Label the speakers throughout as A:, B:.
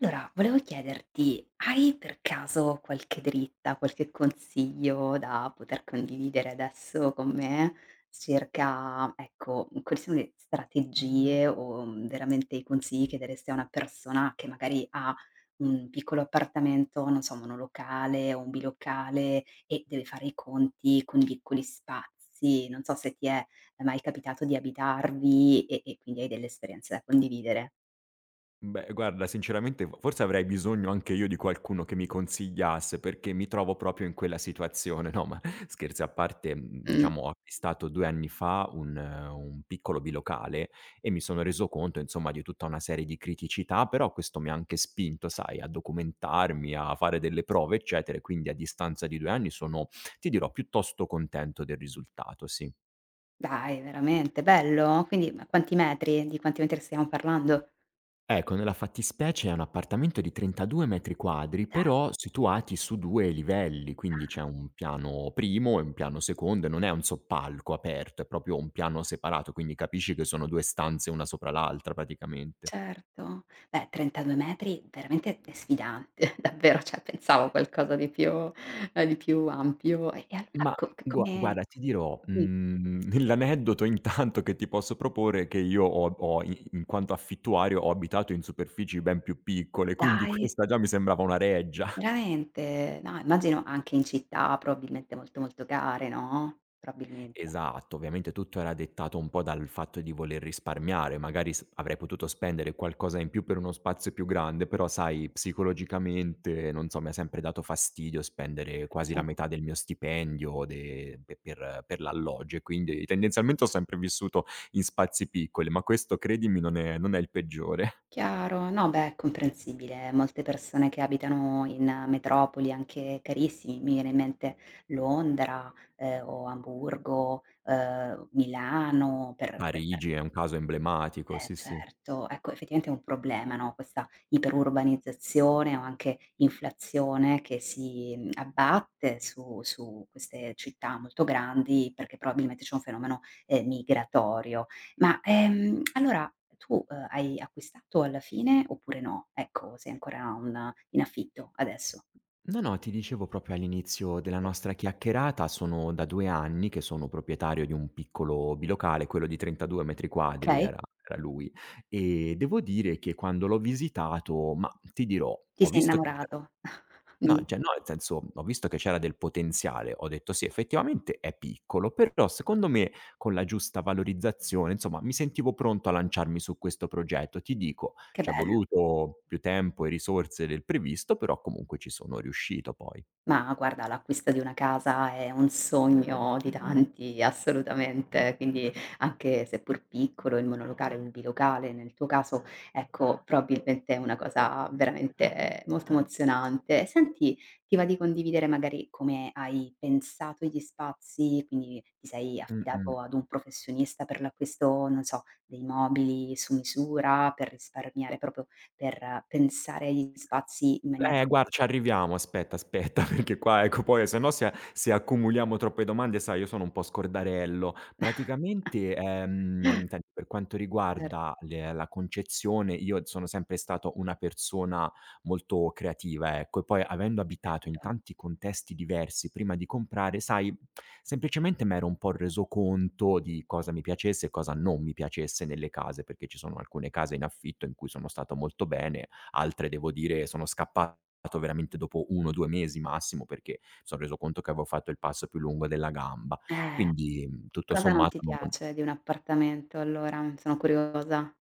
A: Allora, volevo chiederti, hai per caso qualche dritta, qualche consiglio da poter condividere adesso con me circa, ecco, quali sono le strategie o veramente i consigli che daresti a una persona che magari ha un piccolo appartamento, non so, monolocale o un bilocale e deve fare i conti con piccoli spazi? Non so se ti è mai capitato di abitarvi e quindi hai delle esperienze da condividere.
B: Beh, guarda, sinceramente f forse avrei bisogno anche io di qualcuno che mi consigliasse, perché mi trovo proprio in quella situazione. No, ma scherzi a parte,
A: Mm.
B: diciamo ho acquistato 2 anni fa un piccolo bilocale e mi sono reso conto, insomma, di tutta una serie di criticità, però questo mi ha anche spinto, sai, a documentarmi, a fare delle prove, eccetera, e quindi a distanza di 2 anni sono, ti dirò, piuttosto contento del risultato, sì.
A: Dai, veramente, bello? Quindi ma quanti metri di quanti metri stiamo parlando?
B: Ecco, nella fattispecie è un appartamento di 32 metri quadri,
A: Dai.
B: però situati su 2 livelli, quindi
A: Ah,
B: c'è un piano primo e un piano secondo e non è un soppalco aperto, è proprio un piano separato, quindi capisci che sono 2 stanze una sopra l'altra praticamente.
A: certo. Beh, 32 metri veramente è sfidante, davvero, cioè pensavo a qualcosa di più ampio. E allora
B: Ma
A: co c
B: gua
A: come
B: guarda ti dirò,
A: mh,
B: l'aneddoto intanto che ti posso proporre è che io ho ho i in quanto affittuario ho abitato in superfici ben più piccole, quindi
A: dai,
B: questa già mi sembrava una reggia.
A: veramente? No, immagino anche in città probabilmente molto, molto care, no, probabilmente.
B: Esatto, ovviamente tutto era dettato un po' dal fatto di voler risparmiare, magari s avrei potuto spendere qualcosa in più per uno spazio più grande, però sai psicologicamente, non so, mi ha sempre dato fastidio spendere quasi la metà del mio stipendio de pe per l'alloggio e quindi tendenzialmente ho sempre vissuto in spazi piccoli, ma questo credimi non è il peggiore.
A: Chiaro, no beh, è comprensibile. Molte persone che abitano in metropoli anche carissimi, mi viene in mente Londra, o Amburgo, Milano per
B: Parigi è un caso emblematico,
A: eh
B: sì, sì.
A: certo, ecco effettivamente è un problema, no, questa iperurbanizzazione o anche inflazione che si, abbatte su queste città molto grandi, perché probabilmente c'è un fenomeno, migratorio. Ma, allora tu, hai acquistato alla fine oppure no? Ecco, sei ancora un in affitto adesso?
B: No, no, ti dicevo proprio all'inizio della
A: Sì.
B: nostra chiacchierata, sono da 2 anni che sono proprietario di un piccolo bilocale, quello di 32 metri quadri
A: Okay.
B: era lui, e devo dire che quando l'ho visitato, mah, ti dirò,
A: Ti
B: ho
A: sei
B: visto che c'era.
A: innamorato?
B: No,
A: Di
B: cioè no, nel senso, ho visto che c'era del potenziale, ho detto: "Sì, effettivamente è piccolo", però secondo me con la giusta valorizzazione, insomma, mi sentivo pronto a lanciarmi su questo progetto. Ti dico,
A: che
B: c'è
A: bello.
B: voluto più tempo e risorse del previsto, però comunque ci sono riuscito poi.
A: Ma guarda, l'acquisto di una casa è un sogno di tanti, assolutamente, quindi anche seppur piccolo, il monolocale, un bilocale, nel tuo caso, ecco, probabilmente è una cosa veramente molto emozionante. Senti, ti va di condividere magari come hai pensato gli spazi, quindi ti sei affidato
B: Mh-mh.
A: ad un professionista per l'acquisto, non so, dei mobili su misura, per risparmiare, proprio per pensare agli spazi in maniera
B: Guarda, ci arriviamo, aspetta, aspetta, perché qua ecco poi se no se accumuliamo troppe domande, sai io sono un po' scordarello. Praticamente, senti per quanto
A: certo,
B: riguarda le la concezione, io sono sempre stato una persona molto creativa, ecco, e poi avendo abitato in
A: bello.
B: tanti contesti diversi prima di comprare, sai, semplicemente m'ero un po' reso conto di cosa mi piacesse e cosa non mi piacesse nelle case, perché ci sono alcune case in affitto in cui sono stato molto bene, altre devo dire sono scappato veramente dopo 1, 2 mesi massimo, perché mi son reso conto che avevo fatto il passo più lungo della gamba.
A: Eh,
B: Quindi, tutto
A: cosa non
B: sommato
A: ti
B: non
A: piace di un appartamento allora? Mm, sono curiosa.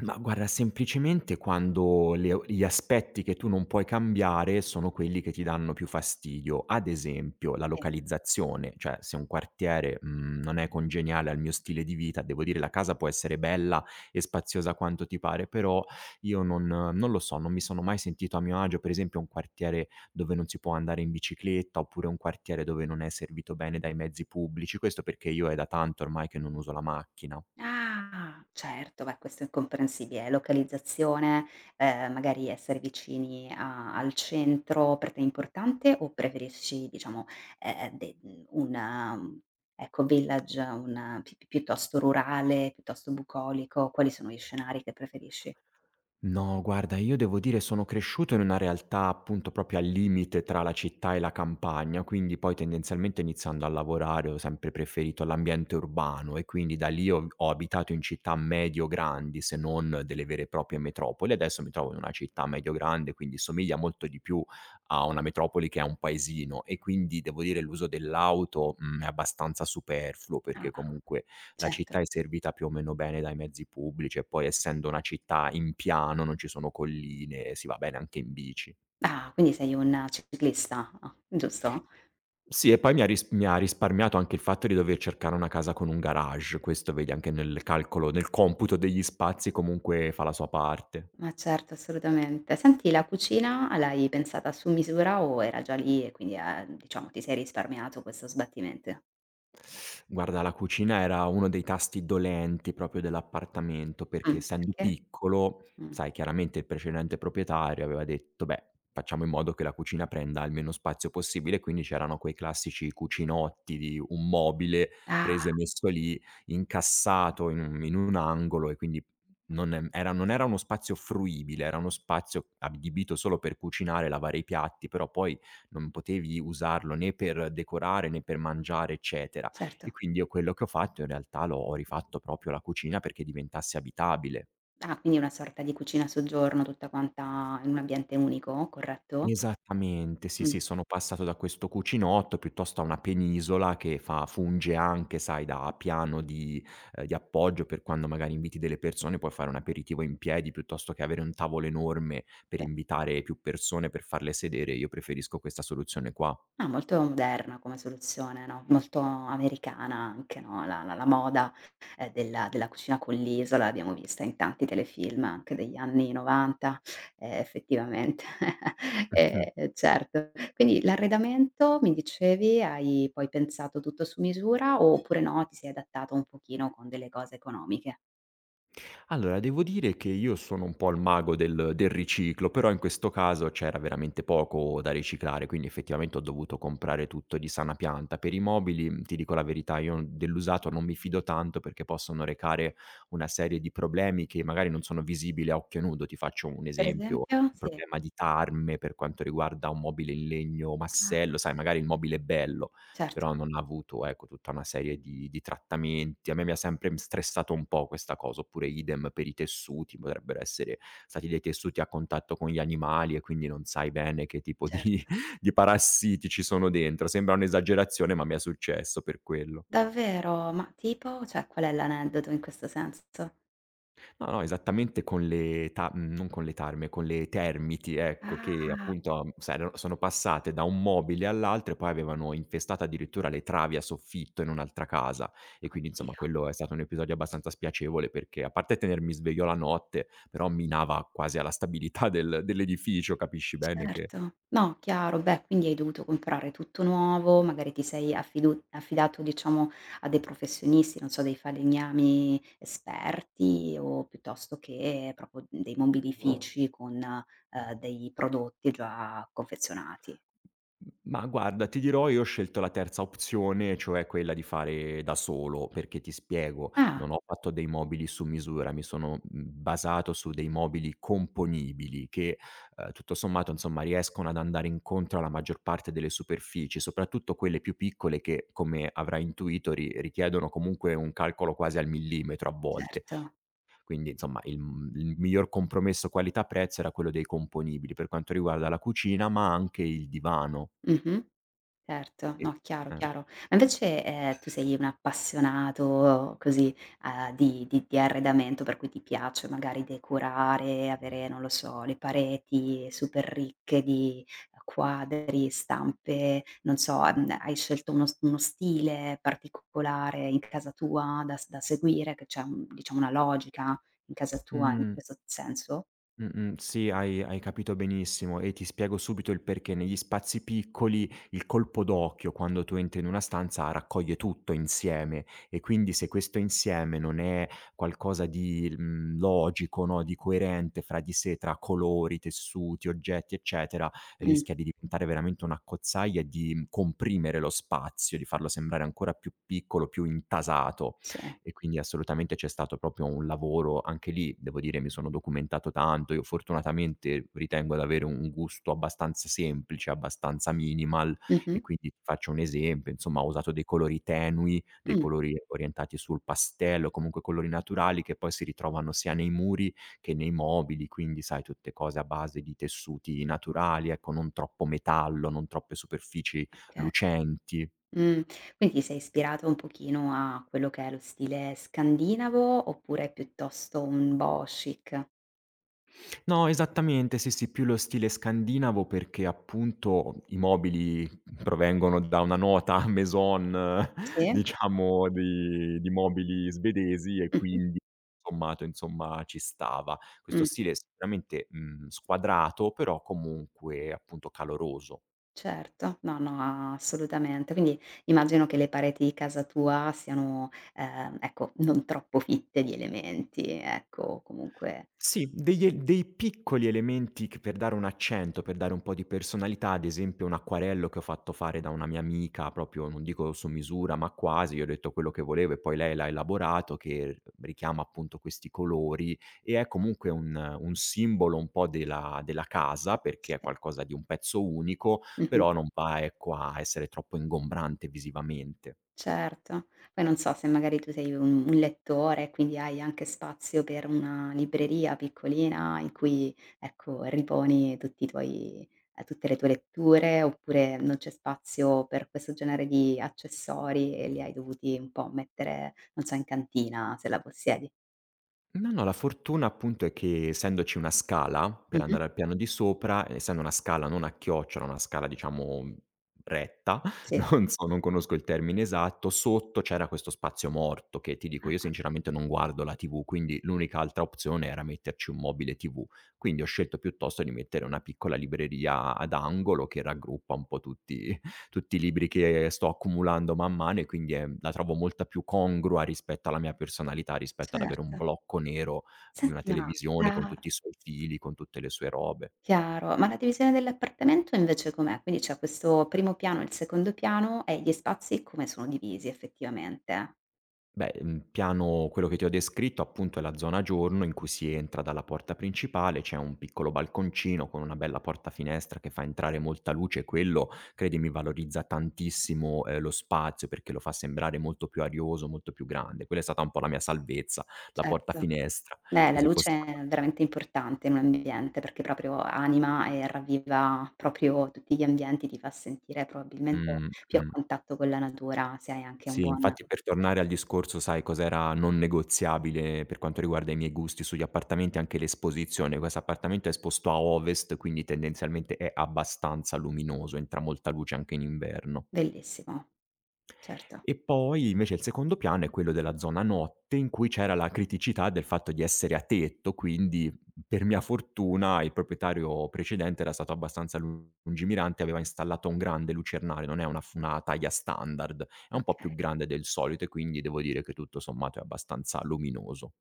B: Ma guarda, semplicemente quando le o gli aspetti che tu non puoi cambiare sono quelli che ti danno più fastidio. Ad esempio, la
A: Sì.
B: localizzazione, cioè se un quartiere, non è congeniale al mio stile di vita, devo dire la casa può essere bella e spaziosa quanto ti pare, però io non lo so, non mi sono mai sentito a mio agio. Per esempio un quartiere dove non si può andare in bicicletta, oppure un quartiere dove non è servito bene dai mezzi pubblici. Questo perché io è da tanto ormai che non uso la macchina.
A: Ah, certo, beh questo è comprensibile. Localizzazione, magari essere vicini a al centro per te è importante o preferisci diciamo, una ecco village, un piuttosto rurale, piuttosto bucolico? Quali sono gli scenari che preferisci?
B: No, guarda, io devo dire sono cresciuto in una realtà appunto proprio al limite tra la città e la campagna, quindi poi tendenzialmente iniziando a lavorare ho sempre preferito l'ambiente urbano e quindi da lì ho abitato in città medio-grandi, se non delle vere e proprie metropoli. Adesso mi trovo in una città medio-grande, quindi somiglia molto di più a una metropoli che a un paesino e quindi devo dire l'uso dell'auto, è abbastanza superfluo
A: Ah,
B: perché comunque la
A: certo.
B: città è servita più o meno bene dai mezzi pubblici e poi essendo una città in piano non ci sono colline, si va bene anche in bici.
A: Ah, quindi sei un ciclista, ah, giusto?
B: Sì e poi mi ha risparmiato anche il fatto di dover cercare una casa con un garage, questo vedi anche nel computo degli spazi comunque fa la sua parte.
A: Ma certo, assolutamente. Senti, la cucina l'hai pensata su misura o era già lì e quindi, diciamo ti sei risparmiato questo sbattimento?
B: Guarda, la cucina era uno dei tasti dolenti proprio dell'appartamento, perché essendo
A: Perché?
B: piccolo,
A: Mh.
B: sai chiaramente il precedente proprietario aveva detto: "Beh, facciamo in modo che la cucina prenda il meno spazio possibile", quindi c'erano quei classici cucinotti di un mobile
A: Ah,
B: preso e messo lì, incassato in un angolo e quindi non era uno spazio fruibile, era uno spazio adibito solo per cucinare, lavare i piatti, però poi non potevi usarlo né per decorare né per mangiare, eccetera. E
A: certo.
B: quindi io quello che ho fatto in realtà l'ho ho rifatto proprio la cucina perché diventasse abitabile.
A: Ah, quindi una sorta di cucina a soggiorno tutta quanta in un ambiente unico, corretto?
B: Esattamente, sì,
A: Mh.
B: sì, sono passato da questo cucinotto piuttosto a una penisola che fa funge anche, sai, da piano di appoggio per quando magari inviti delle persone, puoi fare un aperitivo in piedi piuttosto che avere un tavolo enorme per invitare più persone, per farle sedere. Io preferisco questa soluzione qua.
A: Ah, molto moderna come soluzione, no, molto americana anche, no, la moda, della della cucina con l'isola l'abbiamo vista in tanti telefilm anche degli anni '90, effettivamente. Certo. Quindi l'arredamento, mi dicevi, hai poi pensato tutto su misura oppure no, ti sei adattato un pochino con delle cose economiche?
B: Allora, devo dire che io sono un po' il mago del riciclo, però in questo caso c'era veramente poco da riciclare, quindi effettivamente ho dovuto comprare tutto di sana pianta. Per i mobili, ti dico la verità, io dell'usato non mi fido tanto perché possono recare una serie di problemi che magari non sono visibili a occhio nudo. Ti faccio un
A: Per
B: esempio:
A: esempio?
B: un
A: Sì.
B: problema di tarme per quanto riguarda un mobile in legno
A: Ah,
B: massello, sai magari il mobile è bello,
A: certo,
B: però non ha avuto, ecco, tutta una serie di trattamenti. A me mi ha sempre, stressato un po' questa cosa, oppure idem per i tessuti, potrebbero essere stati dei tessuti a contatto con gli animali e quindi non sai bene che tipo di
A: certo.
B: di parassiti ci sono dentro. Sembra un'esagerazione, ma mi è successo per quello.
A: Davvero? Ma tipo? Cioè, qual è l'aneddoto in questo senso?
B: No, no, esattamente con le ta mhmm, non con le tarme, con le termiti, ecco, che
A: Ah.
B: appunto, sai, erano sono passate da un mobile all'altro e poi avevano infestato addirittura le travi a soffitto in un'altra casa. E quindi insomma
A: Oddio,
B: quello è stato un episodio abbastanza spiacevole perché, a parte tenermi sveglio la notte, però minava quasi alla stabilità dell'edificio, capisci bene che.
A: certo. No, chiaro. Beh, quindi hai dovuto comprare tutto nuovo, magari ti sei affidu affidato, diciamo, a dei professionisti, non so, dei falegnami esperti o piuttosto che proprio dei mobilifici con, dei prodotti già confezionati.
B: Ma guarda, ti dirò, io ho scelto la terza opzione, cioè quella di fare da solo, perché ti spiego,
A: Ah,
B: non ho fatto dei mobili su misura, mi sono basato su dei mobili componibili che, tutto sommato, insomma, riescono ad andare incontro alla maggior parte delle superfici, soprattutto quelle più piccole che, come avrai intuito, ri richiedono comunque un calcolo quasi al millimetro a volte.
A: certo.
B: Quindi, insomma, il miglior compromesso qualità prezzo era quello dei componibili, per quanto riguarda la cucina, ma anche il divano.
A: Mh-mh. Certo,
B: Sì,
A: no, chiaro,
B: eh.
A: chiaro. Ma invece, tu sei un appassionato così, di arredamento, per cui ti piace magari decorare, avere, non lo so, le pareti super ricche di quadri, stampe, non so, hai scelto uno stile particolare in casa tua da seguire, che c'è un diciamo una logica in casa tua in
B: Mh,
A: questo senso?
B: mh-mh, sì, hai capito benissimo e ti spiego subito il perché. Negli spazi piccoli il colpo d'occhio, quando tu entri in una stanza, raccoglie tutto insieme e quindi se questo insieme non è qualcosa di, logico, no, di coerente fra di sé, tra colori, tessuti, oggetti, eccetera,
A: Mh,
B: rischia di diventare veramente un'accozzaglia e di comprimere lo spazio, di farlo sembrare ancora più piccolo, più intasato.
A: sì.
B: E quindi assolutamente c'è stato proprio un lavoro anche lì, devo dire mi sono documentato tanto. Io fortunatamente ritengo ad avere un gusto abbastanza semplice, abbastanza minimal
A: Mh-mh.
B: e quindi ti faccio un esempio, insomma ho usato dei colori tenui, dei
A: Mh,
B: colori orientati sul pastello, comunque colori naturali che poi si ritrovano sia nei muri che nei mobili, quindi sai tutte cose a base di tessuti naturali, ecco non troppo metallo, non troppe superfici
A: okay.
B: lucenti.
A: Mh, quindi ti sei ispirato un pochino a quello che è lo stile scandinavo, oppure piuttosto un boho chic?
B: No, esattamente, sì, sì, più lo stile scandinavo perché appunto i mobili provengono da una nota maison,
A: Sì?
B: diciamo di mobili svedesi e
A: Mh-mh,
B: quindi sommato, insomma, ci stava. Questo
A: mh,
B: stile è sicuramente, squadrato, però comunque appunto caloroso.
A: certo, no, no, assolutamente. Quindi immagino che le pareti di casa tua siano, ecco, non troppo fitte di elementi, ecco, comunque
B: Sì, degli e dei piccoli elementi che per dare un accento, per dare un po' di personalità, ad esempio un acquarello che ho fatto fare da una mia amica, proprio non dico su misura, ma quasi, io ho detto quello che volevo e poi lei l'ha elaborato, che richiama appunto questi colori e è comunque un simbolo un po' della casa, perché è
A: sì.
B: qualcosa di un pezzo unico,
A: Mh-mh.
B: però non va, ecco, a essere troppo ingombrante visivamente.
A: Certo. Poi non so se magari tu sei un lettore, quindi hai anche spazio per una libreria piccolina in cui, ecco, riponi tutti i tuoi tutte le tue letture, oppure non c'è spazio per questo genere di accessori e li hai dovuti un po' mettere, non so, in cantina, se la possiedi.
B: No, no, la fortuna appunto è che essendoci una scala per
A: Mh-mh.
B: andare al piano di sopra, essendo una scala non a chiocciola, una scala diciamo retta,
A: Sì.
B: non so, non conosco il termine esatto, sotto c'era questo spazio morto che ti dico io
A: Ah,
B: sinceramente non guardo la TV, quindi l'unica altra opzione era metterci un mobile TV. Quindi ho scelto piuttosto di mettere una piccola libreria ad angolo che raggruppa un po' tutti i libri che sto accumulando man mano e quindi è la trovo molta più congrua rispetto alla mia personalità, rispetto ad avere un
A: certo.
B: blocco nero di una
A: Senti, ma
B: televisione con
A: la
B: tutti i suoi fili, con tutte le sue robe.
A: chiaro, ma la divisione dell'appartamento invece com'è? Quindi c'è questo primo piano e il secondo piano e gli spazi come sono divisi effettivamente?
B: Beh, piano quello che ti ho descritto appunto è la zona giorno in cui si entra dalla porta principale, c'è un piccolo balconcino con una bella porta finestra che fa entrare molta luce, quello credimi valorizza tantissimo, lo spazio perché lo fa sembrare molto più arioso, molto più grande. Quella è stata un po' la mia salvezza, la porta
A: Certo.
B: finestra,
A: Beh,
B: perché
A: la
B: se
A: luce
B: fosse stata
A: è veramente importante in un ambiente perché proprio anima e ravviva proprio tutti gli ambienti, ti fa sentire probabilmente più a
B: mh.
A: contatto con la natura se hai anche un
B: Sì,
A: buon
B: infatti per tornare al discorso, sai cos'era non negoziabile per quanto riguarda i miei gusti sugli appartamenti? Anche l'esposizione. Questo appartamento è esposto a ovest, quindi tendenzialmente è abbastanza luminoso, entra molta luce anche in inverno.
A: bellissimo, certo,
B: E poi invece il secondo piano è quello della zona notte in cui c'era la criticità del fatto di essere a tetto, quindi per mia fortuna il proprietario precedente era stato abbastanza lungimirante, aveva installato un grande lucernario, non è una f una taglia standard, è un po' più
A: okay.
B: grande del solito e quindi devo dire che tutto sommato è abbastanza luminoso.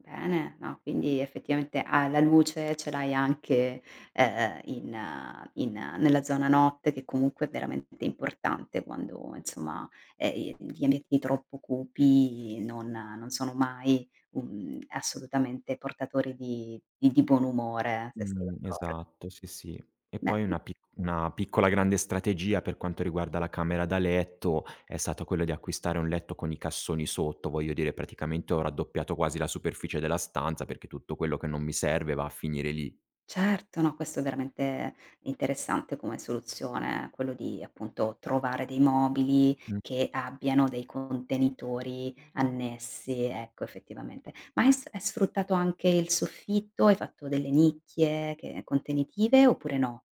A: Bene, no, quindi effettivamente, ah, la luce ce l'hai anche, in nella zona notte che comunque è veramente importante quando insomma, i gli ambienti troppo cupi non non sono mai, assolutamente portatori di buon umore, se sei d'accordo.
B: Esatto, sì, sì. E
A: Beh
B: poi una piccola grande strategia per quanto riguarda la camera da letto è stata quella di acquistare un letto con i cassoni sotto, voglio dire praticamente ho raddoppiato quasi la superficie della stanza perché tutto quello che non mi serve va a finire lì.
A: certo, no, questo è veramente interessante come soluzione, quello di appunto trovare dei mobili che abbiano dei contenitori annessi, ecco effettivamente. Ma hai sfruttato anche il soffitto? Hai fatto delle nicchie che contenitive oppure no?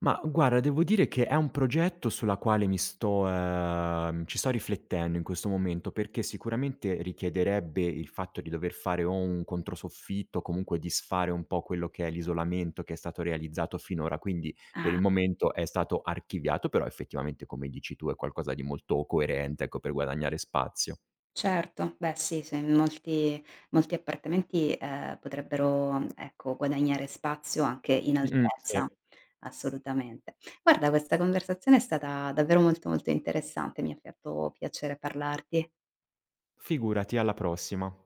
B: Ma guarda, devo dire che è un progetto sulla quale mi sto ci sto riflettendo in questo momento, perché sicuramente richiederebbe il fatto di dover fare o un controsoffitto, o comunque disfare un po' quello che è l'isolamento che è stato realizzato finora. Quindi per il momento è stato archiviato, però effettivamente, come dici tu, è qualcosa di molto coerente, ecco, per guadagnare spazio.
A: Certo, beh sì, se in molti appartamenti, potrebbero, mm, ecco, guadagnare spazio anche in
B: Mh-mh, sì.
A: altezza, assolutamente. Guarda, questa conversazione è stata davvero molto, molto interessante, mi ha fatto piacere parlarti.
B: Figurati, alla prossima.